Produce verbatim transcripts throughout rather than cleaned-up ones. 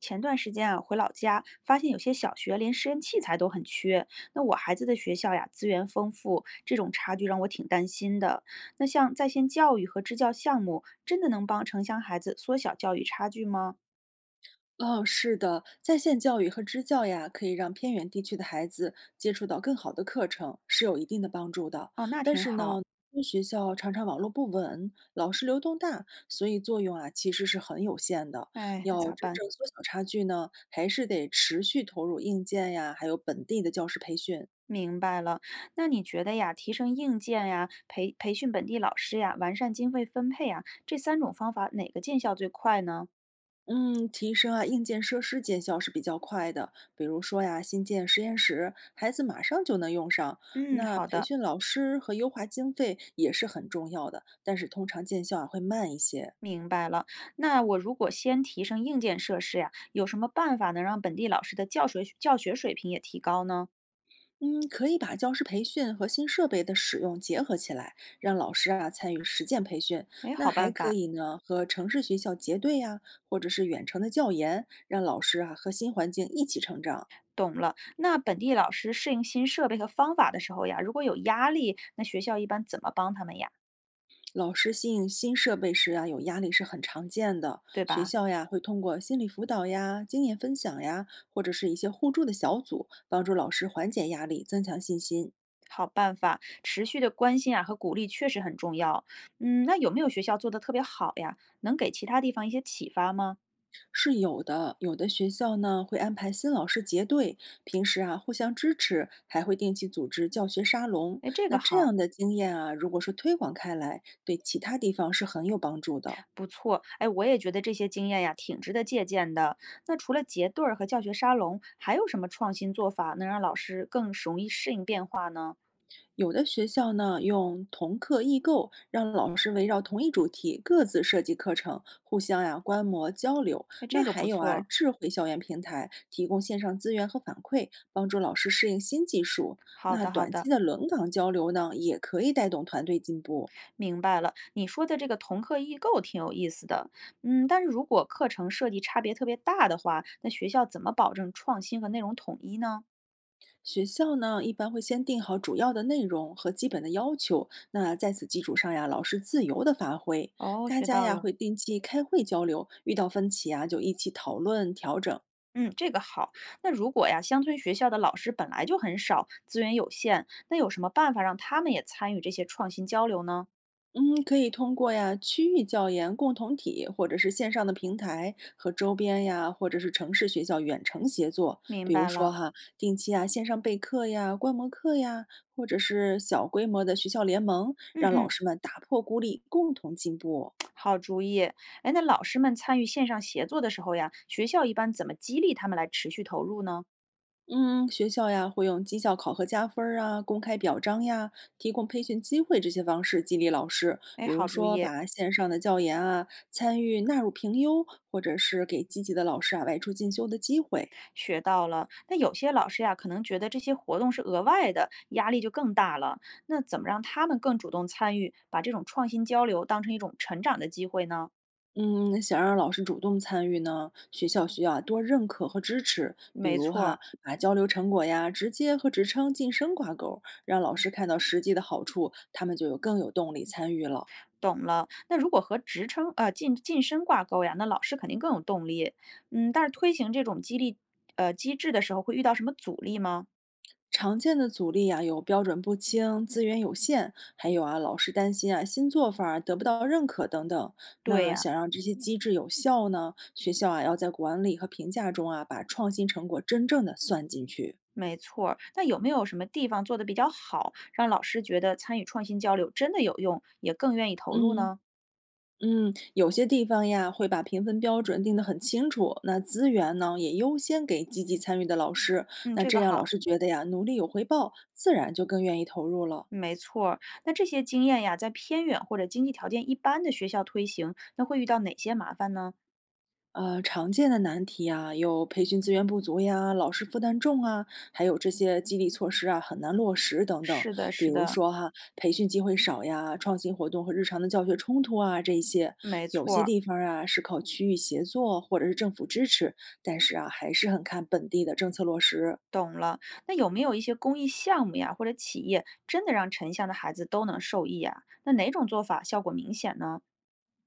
前段时间啊，回老家发现有些小学连实验器材都很缺。那我孩子的学校呀，资源丰富，这种差距让我挺担心的。那像在线教育和支教项目，真的能帮城乡孩子缩小教育差距吗？哦，是的，在线教育和支教呀，可以让偏远地区的孩子接触到更好的课程，是有一定的帮助的。哦，那但挺是呢，好。学校常常网络不稳，老师流动大，所以作用啊其实是很有限的。哎，要那咋真办？正缩小差距呢，还是得持续投入硬件呀，还有本地的教师培训。明白了。那你觉得呀，提升硬件呀，培培训本地老师呀，完善经费分配呀，这三种方法哪个见效最快呢？嗯，提升啊，硬件设施见效是比较快的。比如说呀，新建实验室，孩子马上就能用上。嗯，那好培的。训老师和优化经费也是很重要的，但是通常见效啊会慢一些。明白了，那我如果先提升硬件设施呀，有什么办法能让本地老师的教学教学水平也提高呢？嗯，可以把教师培训和新设备的使用结合起来，让老师啊参与实践培训。哎，那好还办可法，以呢，和城市学校结对呀、或者是远程的教研，让老师啊和新环境一起成长。懂了。那本地老师适应新设备和方法的时候呀，如果有压力，那学校一般怎么帮他们呀？老师适应新设备时啊，有压力是很常见的。对学吧？校呀，会通过心理辅导呀、经验分享呀，或者是一些互助的小组，帮助老师缓解压力、增强信心，好办法，持续的关心啊和鼓励确实很重要。嗯，那有没有学校做的特别好呀？能给其他地方一些启发吗？是有的。有的学校呢，会安排新老师结对，平时啊互相支持，还会定期组织教学沙龙。哎，这那个这好。样的经验啊，如果是推广开来，对其他地方是很有帮助的。不错，哎，我也觉得这些经验呀挺值得借鉴的。那除了结对儿和教学沙龙，还有什么创新做法能让老师更容易适应变化呢？有的学校呢，用同课异构，让老师围绕同一主题各自设计课程，互相呀、观摩交流。哎，那这个还不有啊，错。智慧校园平台提供线上资源和反馈，帮助老师适应新技术。好那的，好短期的，的轮岗交流呢，也可以带动团队进步。明白了。你说的这个同课异构挺有意思的，嗯，但是如果课程设计差别特别大的话，那学校怎么保证创新和内容统一呢？学校呢，一般会先定好主要的内容和基本的要求，那在此基础上呀，老师自由的发挥。哦，大学家到呀了。会定期开会交流，遇到分歧啊就一起讨论调整，嗯，这个好。那如果呀，乡村学校的老师本来就很少，资源有限，那有什么办法让他们也参与这些创新交流呢？嗯，可以通过呀区域教研共同体，或者是线上的平台和周边呀，或者是城市学校远程协作，明比如白说了，哈，定期啊线上备课呀、观摩课呀，或者是小规模的学校联盟，嗯让老嗯，师们打破孤立，共同进步。好主意。哎，那老师们参与线上协作的时候呀，学校一般怎么激励他们来持续投入呢？嗯，学校呀会用绩效考核加分儿啊、公开表彰呀、提供培训机会这些方式激励老师。哎，比如好主说，意，把线上的教研啊参与纳入评优，或者是给积极的老师啊外出进修的机会。学到了。那有些老师呀，可能觉得这些活动是额外的，压力就更大了。那怎么让他们更主动参与，把这种创新交流当成一种成长的机会呢？嗯，想让老师主动参与呢，学校需要多认可和支持，比没如错哈，儿，把交流成果呀直接和职称晋升挂钩，让老师看到实际的好处，他们就有更有动力参与了。懂了。那如果和职称呃晋晋升挂钩呀，那老师肯定更有动力。嗯，但是推行这种激励呃机制的时候，会遇到什么阻力吗？常见的阻力啊，有标准不清、资源有限，还有啊，老师担心啊新做法儿得不到认可等等。对那呀。想让这些机制有效呢，学校啊要在管理和评价中啊，把创新成果真正的算进去。没错儿，那有没有什么地方做得比较好，让老师觉得参与创新交流真的有用，也更愿意投入嗯呢？嗯，有些地方呀会把评分标准定得很清楚，那资源呢也优先给积极参与的老师，嗯，那这这个样老好，师觉得呀努力有回报，自然就更愿意投入了。没错儿。那这些经验呀，在偏远或者经济条件一般的学校推行，那会遇到哪些麻烦呢？呃，常见的难题啊，有培训资源不足呀，老师负担重啊，还有这些激励措施啊很难落实等等。是的，比是如的，说哈，培训机会少呀，创新活动和日常的教学冲突啊，这一些没有错些儿，地方啊是靠区域协作或者是政府支持，但是啊还是很看本地的政策落实。懂了。那有没有一些公益项目呀，或者企业真的让城乡的孩子都能受益呀？那哪种做法效果明显呢？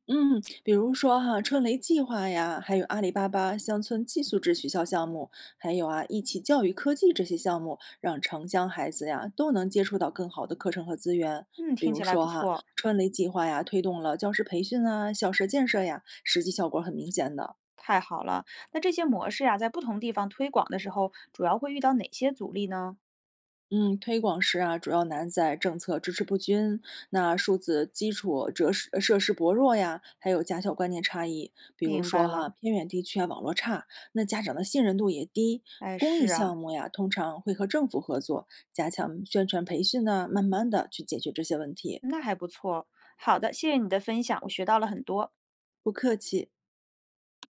嗯，比如说哈，春雷计划呀，还有阿里巴巴乡村寄宿制学校项目，还有啊，一起教育科技这些项目，让城乡孩子呀都能接触到更好的课程和资源。嗯，比听如起来说不哈，错。春雷计划呀，推动了教师培训啊、校舍建设呀，实际效果很明显的。太好了，那这些模式呀，在不同地方推广的时候，主要会遇到哪些阻力呢？嗯，推广时啊，主要难在政策支持不均，那数字基础设施呃设施薄弱呀，还有家校观念差异。比如明说白哈，了，偏远地区啊，网络差，那家长的信任度也低。哎，公益是项啊，目呀，通常会和政府合作，加强宣传培训呢，慢慢的去解决这些问题。那还不错。好的，谢谢你的分享，我学到了很多。不客气。